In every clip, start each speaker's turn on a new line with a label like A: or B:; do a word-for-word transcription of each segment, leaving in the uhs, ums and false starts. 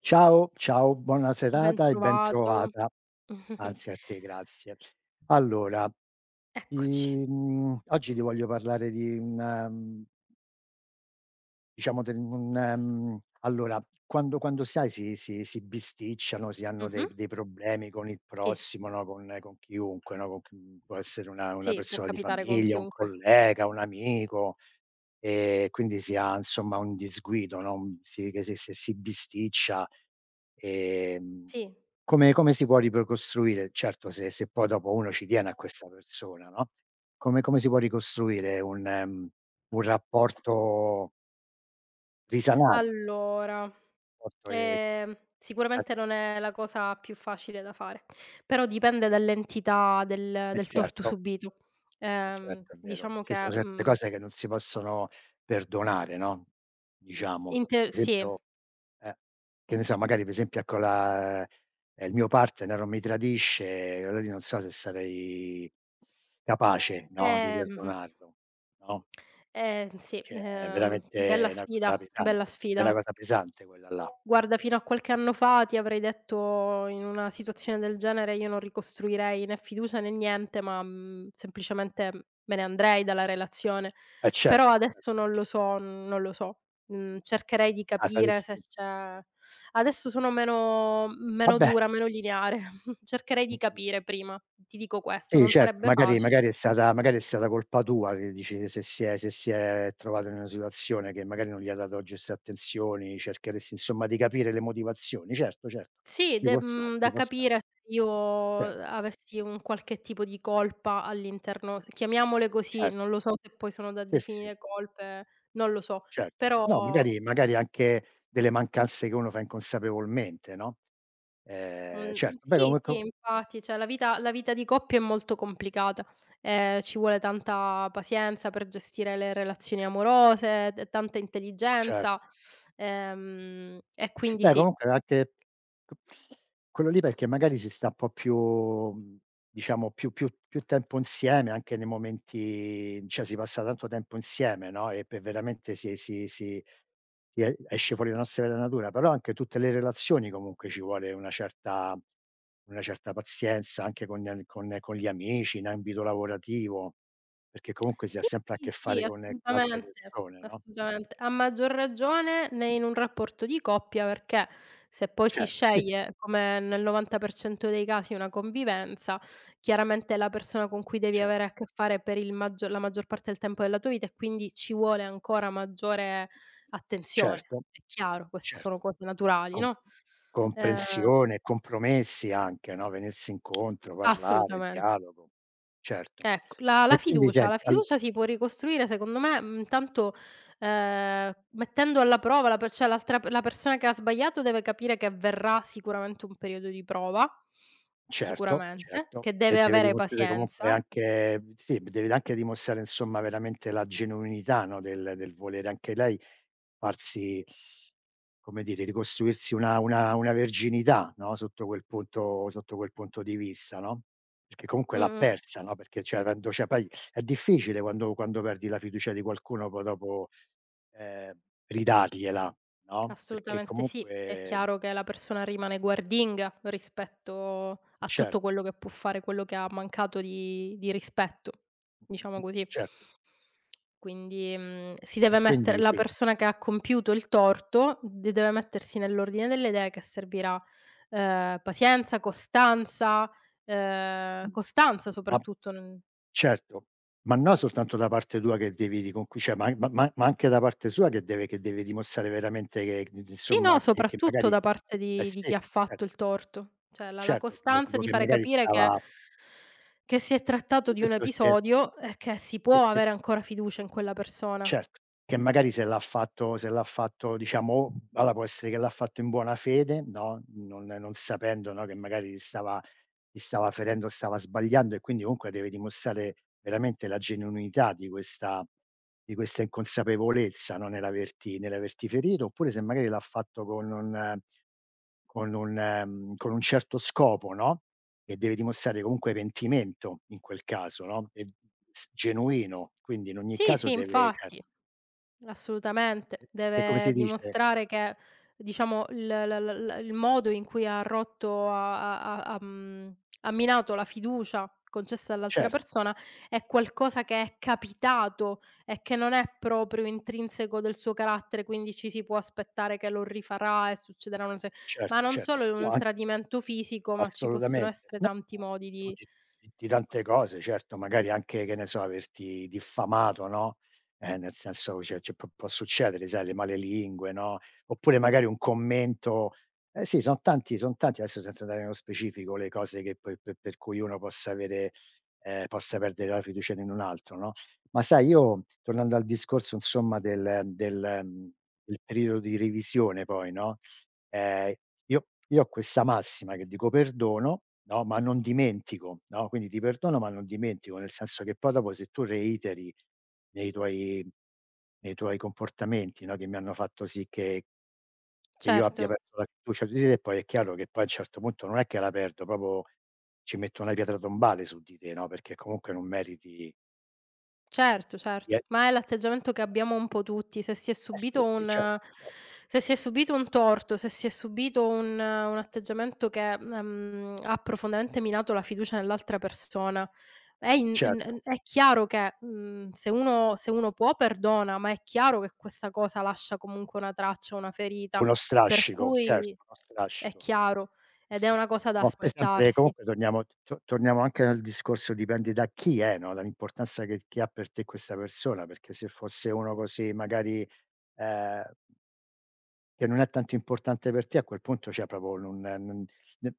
A: Ciao, ciao, buona
B: Ben
A: serata e
B: trovato.
A: bentrovata. Anzi a te, grazie. Allora,
B: Eccoci.
A: i mhmm, oggi ti voglio parlare di un mhmm, diciamo del un mhmm, allora, quando quando sai si si si bisticciano, si hanno dei
B: Mh-mh.
A: dei problemi con il
B: Sì,
A: prossimo, no, con con chiunque, no, con chi può essere una una
B: sì, può
A: persona di
B: capitare con
A: famiglia, un
B: chiunque.
A: collega, un amico. Ehm, quindi si ha insomma un disguido, no, un si che se se si bisticcia, ehm,
B: Sì.
A: come come si può riprocostruire? Certo, se se poi dopo uno ci tiene a questa persona, no, come come si può ricostruire un mhmm, un rapporto risanante,
B: Allora,
A: un rapporto che eh
B: ehm, sicuramente non è la cosa più facile da fare, però dipende dall'entità del del torto
A: certo.
B: subito.
A: Eh
B: Ehm,
A: certo, è vero.
B: diciamo
A: Ci sono
B: che,
A: certe
B: mhmm,
A: cose che non si possono perdonare, no, diciamo.
B: inter sì,
A: Esempio, eh, che ne so, magari per esempio ecco la ehm, il mio partner o mi tradisce, allora lì non so se sarei capace, no, di
B: ehm, mh-mh,
A: perdonarlo, no,
B: ehm, sì,
A: che è
B: ehm, bella
A: veramente una
B: sfida,
A: cosa
B: bella
A: pesante. È una
B: sfida.
A: cosa pesante quella là.
B: Guarda, fino a qualche anno fa ti avrei detto: "In una situazione del genere io non ricostruirei né fiducia né niente, ma, mhmm, semplicemente me ne andrei dalla relazione."
A: Eh
B: Però
A: certo,
B: adesso
A: certo
B: non
A: anche.
B: lo so non lo so. Mhmm, cercherei di
A: Ah,
B: capire se
A: saresti.
B: c'è, adesso sono meno meno
A: Vabbè.
B: dura, meno lineare. Cercherei di
A: Mh-mh.
B: capire prima, ti dico questo,
A: Sì,
B: non
A: certo,
B: sarebbe
A: magari
B: facile.
A: magari è stata magari è stata colpa tua, che dici se si è se si è trovato in una situazione che magari non gli ha dato giuste attenzioni, cercheresti insomma di capire le motivazioni. Certo, certo,
B: Sì,
A: ci
B: de
A: può
B: mhmm,
A: stare, ci
B: da
A: può stare.
B: capire se io
A: Certo,
B: avessi un qualche tipo di colpa all'interno, chiamiamole così, non
A: certo.
B: lo so se poi sono da
A: Sì, sì,
B: definire colpe, non lo so.
A: certo, ce
B: Però,
A: no, magari magari anche delle mancanze che uno fa inconsapevolmente, no, ehm,
B: mhmm,
A: certo, beh,
B: sì,
A: comunque
B: sì,
A: co co
B: infatti, cioè la vita la vita di coppia è molto complicata, ehm, ci vuole tanta pazienza per gestire le relazioni amorose, t tanta
A: mh, cer
B: intelligenza, ehm, e quindi
A: beh,
B: sì.
A: comunque anche q quello lì, perché magari si sta un po' più mhmm, diciamo più più più tempo insieme, anche nei momenti, cioè si passa tanto tempo insieme, no, e per veramente si si si si e esce fuori la nostra vera natura, però anche tutte le relazioni comunque ci vuole una certa una certa pazienza, anche con gli con con gli amici, in ambito lavorativo, perché comunque si ha
B: Sì,
A: sempre a che
B: sì, sì,
A: fare con con altre
B: assolutamente,
A: persone, no.
B: assolutamente. A maggior ragione ne in un rapporto di coppia, perché se poi si
A: Certo, sì, sì,
B: sceglie, come nel novanta per cento dei casi, una convivenza, chiaramente è la persona con cui devi
A: cer
B: avere a che fare per il maggio la maggior parte del tempo della tua vita e quindi ci vuole ancora maggiore attenzione.
A: certo,
B: È chiaro, queste sono
A: certo.
B: cose naturali,
A: Com
B: no, ehm
A: comprensione, compromessi anche, no, venirsi incontro, parlare,
B: assolutamente.
A: dialogo. Certo.
B: Ecco, la la
A: E quindi
B: fiducia
A: senti
B: la
A: al
B: fiducia si può ricostruire secondo me, mhmm, tanto, ehm, mettendo alla prova la per cioè l'altra, la persona che ha sbagliato deve capire che avverrà sicuramente un periodo di prova,
A: Certo,
B: sicuramente,
A: certo.
B: che
A: E
B: deve
A: deve
B: avere
A: dimostrare comunque
B: pazienza.
A: anche, sì, deve anche dimostrare insomma veramente la genuinità, no, del del volere anche lei farsi, come dire, ricostruirsi una una una verginità, no, sotto quel punto sotto quel punto di vista, no, perché comunque l'ha
B: Mh-mh,
A: persa, no, perché cioè avendo, cioè poi è difficile quando quando perdi la fiducia di qualcuno poi dopo, ehm, ridargliela, no, perché
B: assolutamente sì. È
A: comunque
B: chiaro che la persona rimane guardinga rispetto a tutto
A: certo,
B: quello che può fare, quello che ha mancato di di rispetto, diciamo
A: mh-mh,
B: così.
A: certo.
B: Quindi, mhmm, si
A: E
B: deve mettere
A: quindi
B: la
A: sì.
B: persona che ha compiuto il torto, de deve mettersi nell'ordine delle idee che servirà, ehm, pazienza, costanza, ehm, costanza
A: Ma
B: soprattutto, non
A: certo, ma no soltanto da parte tua che devi riconqui cioè, ma ma ma ma anche da parte sua, che deve che deve dimostrare veramente, che d d
B: sì, no,
A: insomma, che che
B: soprattutto
A: magari.
B: da parte
A: Eh
B: di di
A: sì,
B: chi ha
A: cer
B: fatto il torto. Cioè la la
A: certo, tipo
B: costanza
A: tipo
B: di
A: che
B: fare
A: magari
B: capire che
A: stava,
B: che si è trattato
A: per
B: di un
A: esempio se,
B: episodio e che si
A: che
B: può
A: che
B: avere ancora fiducia in quella persona.
A: certo, che magari se l'ha fatto se l'ha fatto diciamo allora può essere che l'ha fatto in buona fede, no, non non sapendo, no, che magari stava, si stava ferendo, stava sbagliando, e quindi comunque deve dimostrare veramente la genuinità di questa, di questa inconsapevolezza, no, nell'averti nell'averti ferito, oppure se magari l'ha fatto con un eh, con un ehm, con un certo scopo, no, e deve dimostrare comunque pentimento in quel caso, no, e s genuino, quindi in ogni
B: Sì,
A: caso
B: sì,
A: deve, cioè,
B: infatti. Assolutamente.
A: che che come
B: Deve
A: si dice,
B: dimostrare che, diciamo, il la la la il modo in cui ha rotto, ha ha ha ha mhmm, ha minato la fiducia concessa all'altra
A: certo,
B: persona, è qualcosa che è capitato e che non è proprio intrinseco del suo carattere, quindi ci si può aspettare che lo rifarà e succederà una se ma
A: certo,
B: non
A: certo.
B: solo
A: No,
B: un
A: an
B: tradimento fisico, ma ci possono
A: assolutamente.
B: essere
A: No,
B: tanti modi
A: no,
B: di
A: di di di tante cose, certo, magari anche, che ne so, averti diffamato, no, ehm, nel senso, cioè, cioè può può succedere, sai, le malelingue, no, oppure magari un commento. Eh sì, son tanti son tanti, adesso senza andare nello specifico, le cose che poi pe per cui uno possa avere ehm, possa perdere la fiducia in un altro, no, ma sai io, tornando al discorso insomma del del mhmm, del periodo di revisione poi, no, Ehm, io io ho questa massima che dico: "Perdono, no, ma non dimentico", no, quindi ti perdono ma non dimentico, nel senso che poi dopo se tu reiteri nei tuoi, nei tuoi comportamenti, no, che mi hanno fatto sì che che io abbia
B: certo.
A: perso la fiducia di te, e poi è chiaro che poi a un certo punto non è che la perdo, proprio ci metto una pietra tombale su di te, no, perché comunque non meriti
B: Certo,
A: di
B: certo,
A: e
B: ma è l'atteggiamento che abbiamo un po' tutti. Se si è
A: eh sì,
B: subito
A: sì, certo,
B: un
A: certo,
B: Se si è subito un torto, se si è subito un un atteggiamento che, ehm, ha profondamente minato la fiducia nell'altra persona, è in n n
A: certo,
B: è chiaro che, mhmm, se uno se uno può perdona, ma è chiaro che questa cosa lascia comunque una traccia, una ferita,
A: uno
B: per
A: strascico,
B: cui
A: certo, uno
B: è
A: strascico.
B: chiaro ed è
A: Sì.
B: una cosa da
A: No, poi sempre
B: aspettarsi.
A: comunque torniamo, t to torniamo anche al discorso, dipende da chi è, no, dall'importanza che che ha per te questa persona, perché se fosse uno così magari, ehm, che non è tanto importante per te, a quel punto, cioè proprio, non non ne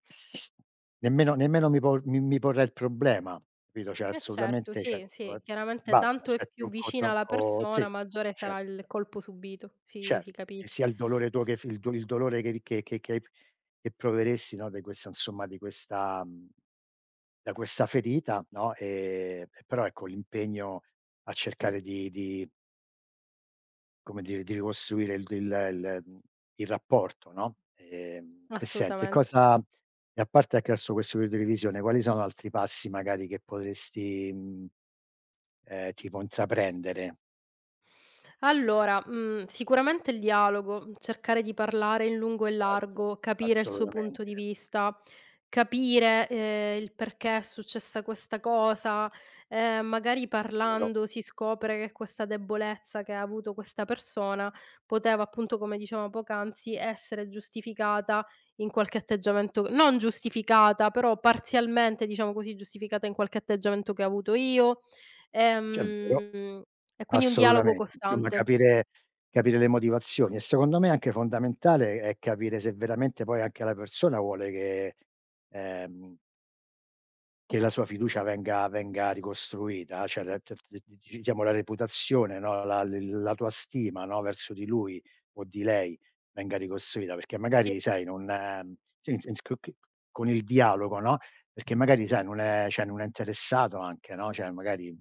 A: nemmeno nemmeno mi po mi mi porrei il problema, capito, cioè
B: Eh certo,
A: assolutamente, cioè
B: sì,
A: tipo,
B: sì,
A: ehm,
B: chiaramente
A: basta,
B: tanto è
A: cioè
B: più
A: tronco,
B: vicina la
A: tronco,
B: persona,
A: sì,
B: maggiore sarà
A: certo.
B: il colpo subito, si si
A: Certo, che
B: capisce.
A: sia il dolore tuo che f il do il dolore che che che che hai che proveresti, no, di questa insomma, di questa mhmm, da questa ferita, no, ehm, però ecco l'impegno a cercare di di come dire, di ricostruire il il il mhmm, il rapporto, no, ehm, e senti e
B: Assolutamente.
A: cosa e a parte ecco adesso questo periodo di revisione, quali sono altri passi magari che potresti, mhmm, ehm, tipo intraprendere?
B: Allora, mhmm, sicuramente il dialogo, cercare di parlare in lungo e in
A: Certo,
B: largo, capire il suo punto
A: assolutamente,
B: di vista, capire, ehm, il perché è successa questa cosa, ehm, magari
A: è vero,
B: parlando si scopre che questa debolezza che ha avuto questa persona poteva appunto, come dicevamo poc'anzi, essere giustificata in qualche atteggiamento, non giustificata, però parzialmente, diciamo così, giustificata in qualche atteggiamento che ho avuto io.
A: è vero.
B: Ehm e quindi un dialogo
A: Assolutamente. Insomma
B: costante.
A: capire, capire le motivazioni, e secondo me anche fondamentale è capire se veramente poi anche la persona vuole che, ehm, che la sua fiducia venga, venga ricostruita, cioè la t t diciamo la reputazione, no, la l la tua stima, no, verso di lui o di lei venga ricostruita, perché
B: Sì,
A: magari sai non, ehm, sì, s c c con il dialogo, no, perché magari sai non è, cioè non è interessato anche, no, cioè magari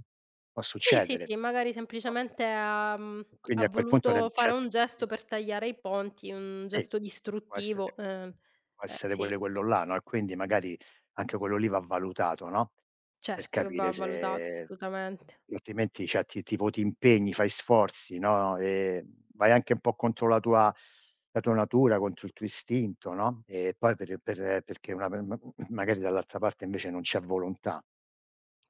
A: può
B: sì, sì,
A: succedere.
B: sì, magari semplicemente ha mhmm, ha
A: Quindi a quel punto
B: voluto
A: ne,
B: fare
A: cioè
B: un
A: tipo
B: gesto
A: i
B: per tagliare i ponti, un
A: sì,
B: gesto
A: può essere
B: distruttivo, ehm,
A: può
B: ehm,
A: essere
B: sì,
A: pure quello là, no, e quindi magari anche quello lì va valutato, no, per
B: certo che va
A: capire
B: valutato,
A: se,
B: assolutamente.
A: altrimenti cioè ti tipo ti impegni, fai sforzi, no, ehm, vai anche un po' contro la tua, la tua natura, contro il tuo istinto, no, e poi per per perché una per ma magari dall'altra parte invece non c'è volontà.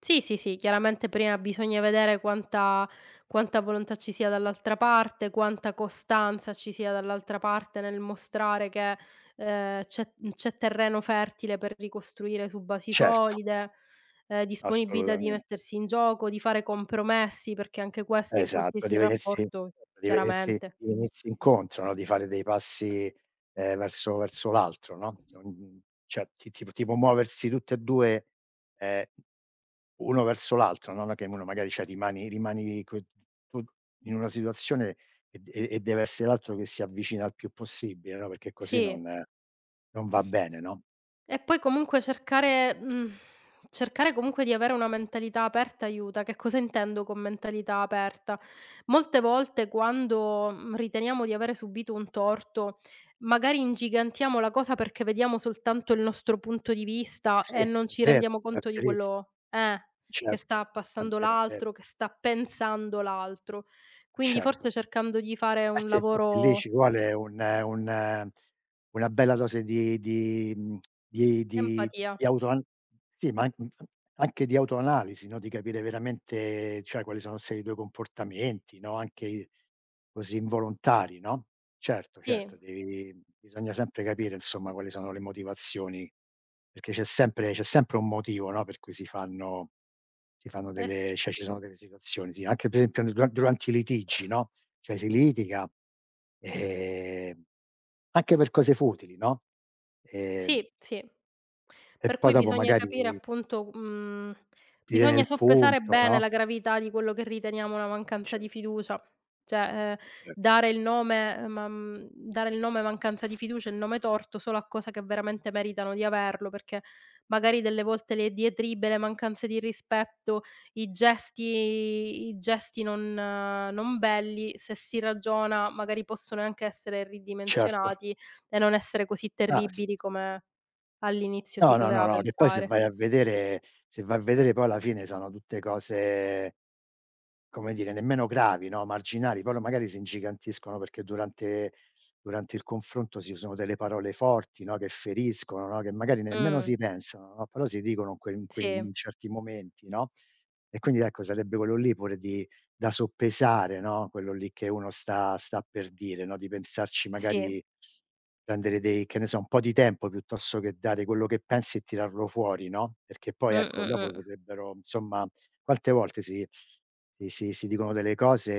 B: Sì, sì, sì, chiaramente prima bisogna vedere quanta quanta volontà ci sia dall'altra parte, quanta costanza ci sia dall'altra parte nel mostrare che, ehm, c'è mhmm, c'è terreno fertile per ricostruire su basi
A: Certo,
B: solide, ehm, disponibilità di
A: assolutamente.
B: mettersi in gioco, di fare compromessi, perché anche questo in
A: Esatto,
B: qualsiasi
A: di venirsi
B: rapporto
A: certo, di venirsi
B: chiaramente.
A: di venirsi incontro, no, di fare dei passi, ehm, verso verso l'altro, no, mhmm, cioè ti tipo, tipo muoversi tutte e due, ehm, uno verso l'altro, no, no, che uno magari, cioè, rimani, rimani co tu, in una situazione, e d e e deve essere l'altro che si avvicina il più possibile, no, perché così non
B: Sì.
A: non va bene, no?
B: E poi comunque cercare mhmm, cercare comunque di avere una mentalità aperta aiuta. Che cosa intendo con mentalità aperta? Molte volte quando, mhmm, riteniamo di avere subito un torto, magari ingigantiamo la cosa perché vediamo soltanto il nostro punto di vista
A: Sì,
B: e
A: è
B: non ci
A: vero,
B: rendiamo
A: è
B: conto di
A: verissimo.
B: quello eh, che
A: Certo,
B: sta
A: è
B: passando
A: vero, è vero,
B: l'altro, che sta pensando l'altro. Quindi forse
A: certo.
B: cercando di fare
A: Eh
B: un
A: sì, infatti lì
B: lavoro,
A: ci vuole un, un una bella dose di di mhmm, di di
B: empatia.
A: di autoan sì, ma anc anche di autoanalisi, no, di capire veramente, cioè, quali sono stati i tuoi comportamenti, no, anche i così involontari, no. Certo, certo,
B: Sì,
A: devi bisogna sempre capire, insomma, quali sono le motivazioni, perché c'è sempre c'è sempre un motivo, no, per cui si fanno si fanno
B: eh sì.
A: delle, cioè, ci sono delle situazioni, sì, anche per esempio dura durante i litigi, no? Cioè si litiga, ehm, anche per cose futili, no, ehm,
B: Sì, sì.
A: e
B: Per
A: poi
B: cui
A: dopo
B: bisogna capire
A: magari
B: appunto, mhmm,
A: ti viene
B: bisogna
A: il
B: soppesare
A: punto,
B: bene
A: no?
B: la gravità di quello che riteniamo una mancanza di
A: Cer
B: fiducia. Cioè, ehm,
A: certo.
B: dare il nome, ehm, ma mhmm, dare il nome mancanza di fiducia, il nome torto, solo a cose che veramente meritano di averlo, perché magari delle volte le diatribe, le mancanze di rispetto, i gesti i gesti non non belli, se si ragiona magari possono anche essere
A: Certo.
B: ridimensionati e non essere così
A: Ah sì.
B: terribili come all'inizio
A: No,
B: si
A: no, no,
B: poteva
A: no, che poi se
B: pensare.
A: vai a vedere se vai a vedere poi alla fine sono tutte cose. Come dire, nemmeno gravi, no, marginali, però magari si ingigantiscono perché durante durante il confronto si usano delle parole forti, no, che feriscono, no, che magari nemmeno
B: Mh,
A: si pensano, no, però si dicono in quei in quei
B: sì,
A: in certi momenti, no, e quindi ecco sarebbe quello lì pure di da soppesare, no, quello lì che uno sta sta per dire, no, di pensarci
B: sì.
A: magari, prendere dei, che ne so, un po' di tempo, piuttosto che dare quello che pensi e tirarlo fuori, no, perché
B: Mh,
A: poi ecco
B: mh,
A: dopo
B: mh.
A: potrebbero, insomma, quante volte si si si si dicono delle cose,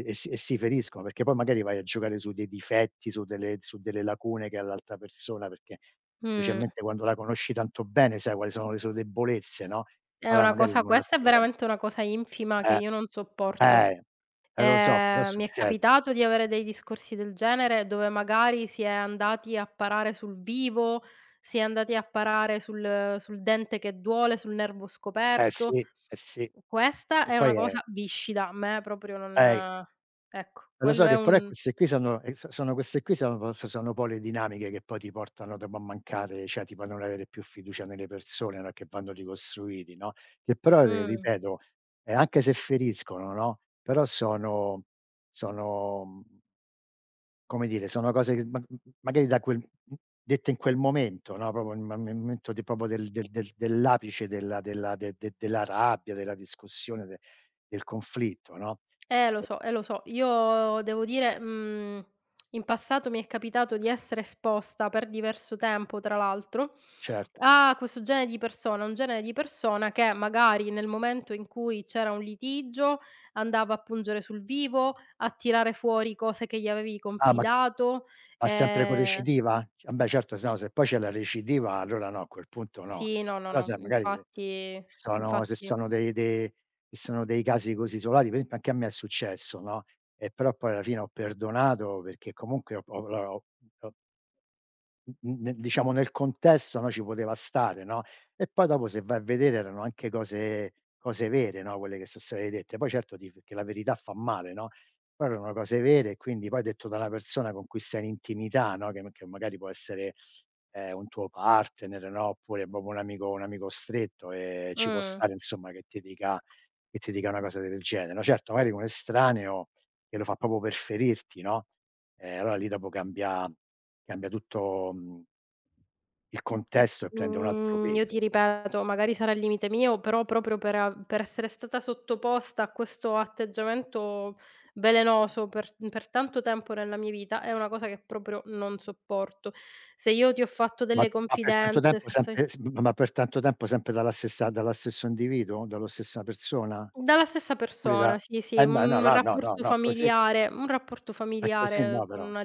A: ehm, e si, e si feriscono, perché poi magari vai a giocare su dei difetti, su delle su delle lacune che ha l'altra persona, perché
B: Mh.
A: specialmente quando la conosci tanto bene sai quali sono le sue debolezze, no,
B: È
A: allora
B: una
A: magari
B: cosa,
A: in un
B: questa è
A: attimo,
B: veramente una cosa infima che
A: eh,
B: io non sopporto.
A: eh, eh lo so, però
B: Ehm, mi è
A: succede.
B: capitato di avere dei discorsi del genere dove magari si è andati a parare sul vivo, si è andati a parare sul sul dente che duole, sul nervo
A: Eh
B: scoperto.
A: sì, eh sì.
B: Questa
A: E
B: è una
A: poi è
B: cosa viscida, a me proprio
A: eh
B: non, ecco,
A: E lo
B: quello
A: so
B: è
A: che però è
B: un
A: queste qui sono, ehm, so sono queste qui sono sono poi le dinamiche che poi ti portano dopo a mancare, cioè tipo a non avere più fiducia nelle persone, no, che vanno ricostruiti, no, che però ri
B: mh.
A: ripeto, ehm, anche se feriscono, no, però sono, sono, mhmm come dire, sono cose che, ma m magari da quel, mhmm, dette in quel momento, no, proprio nel ma nel momento di proprio del del del dell'apice della della de de della rabbia, della discussione, de del conflitto, no,
B: Eh lo so, eh lo so. Io devo dire, mhmm, in passato mi è capitato di essere esposta per diverso tempo, tra l'altro,
A: certo.
B: a questo genere di persona, un genere di persona che magari nel momento in cui c'era un litigio andava a pungere sul vivo, a tirare fuori cose che gli avevi
A: Ah, ma c
B: confidato.
A: ma sempre con
B: Ehm
A: recidiva? Vabbè certo, se no, se poi c'è la recidiva allora no, a quel punto no.
B: sì, no, no,
A: Però
B: no,
A: se magari, se
B: infatti
A: sono se
B: infatti
A: sono dei de se sono dei casi così isolati, per esempio anche a me è successo, no, e però poi alla fine ho perdonato perché comunque ho ho la ho ho Mh, mh, ne diciamo nel contesto, no, ci poteva stare, no, e poi dopo se vai a vedere erano anche cose, cose vere, no, quelle che so state dette. Poi certo ti f che la verità fa male, no, però erano cose vere, e quindi poi detto da una persona con cui stai in intimità, no, che m che magari può essere, ehm, un tuo partner, no, oppure proprio un amico, un amico stretto, ehm, ci può
B: mh.
A: stare insomma che ti dica, che ti dica una cosa del genere, no. Certo magari un estraneo che lo fa proprio per ferirti, no? Eh, allora lì dopo cambia, cambia tutto, mhmm il contesto, e prende un altro
B: Mhmm, io ti
A: peso.
B: ripeto, magari sarà il limite mio, però proprio per a per essere stata sottoposta a questo atteggiamento velenoso per per tanto tempo nella mia vita, è una cosa che proprio non sopporto. Se io ti ho fatto
A: Ma
B: delle
A: ma per tanto
B: confidenze,
A: tempo
B: se se
A: sempre, s ma per tanto tempo sempre dalla stessa, dallo stesso individuo? Dallo stessa persona?
B: Dalla stessa
A: Oppure
B: persona,
A: da
B: sì, sì,
A: eh no, no,
B: un
A: là no, no,
B: rapporto
A: no, così.
B: familiare un rapporto
A: eh, così
B: familiare
A: no
B: con
A: però.
B: una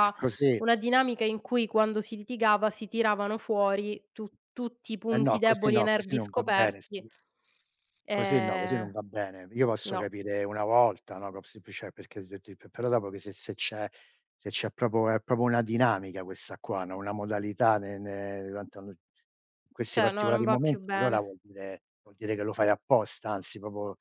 A: È così,
B: una dinamica in cui quando si litigava si tiravano fuori tu tutti i
A: eh
B: punti
A: no, così
B: deboli e
A: no, così
B: nervi
A: non va bene,
B: scoperti.
A: sì. Così no, così
B: Ehm,
A: non va bene. Io posso
B: no,
A: capire una volta, no, cop- cioè, perché se ti p però dopo che, se se c'è, se c'è proprio, è proprio una dinamica, questa qua, no, una modalità, ne ne durante un in questi
B: cioè no, non
A: particolari
B: va più
A: momenti, allora
B: bene.
A: vuol dire, vuol dire che lo fai apposta, anzi proprio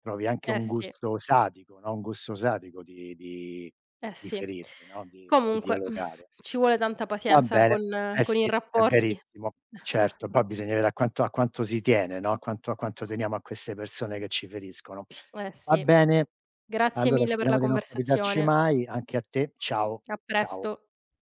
A: trovi anche
B: Eh
A: un
B: sì,
A: gusto sadico, no, un gusto sadico di, di
B: eh
A: di
B: sì.
A: ferirmi, no, di di
B: Comunque
A: dialogare.
B: ci vuole tanta
A: Va
B: pazienza con
A: bene, eh
B: con i
A: sì, è
B: rapporti.
A: verissimo. Certo, poi bisogna vedere a quanto, a quanto si tiene, no, a quanto, a quanto teniamo a queste persone che ci feriscono.
B: Eh
A: Va
B: sì.
A: bene,
B: Grazie
A: allora
B: mille per la
A: speriamo di non capitarci
B: conversazione.
A: mai. Anche a te. Ciao,
B: A presto.
A: ciao.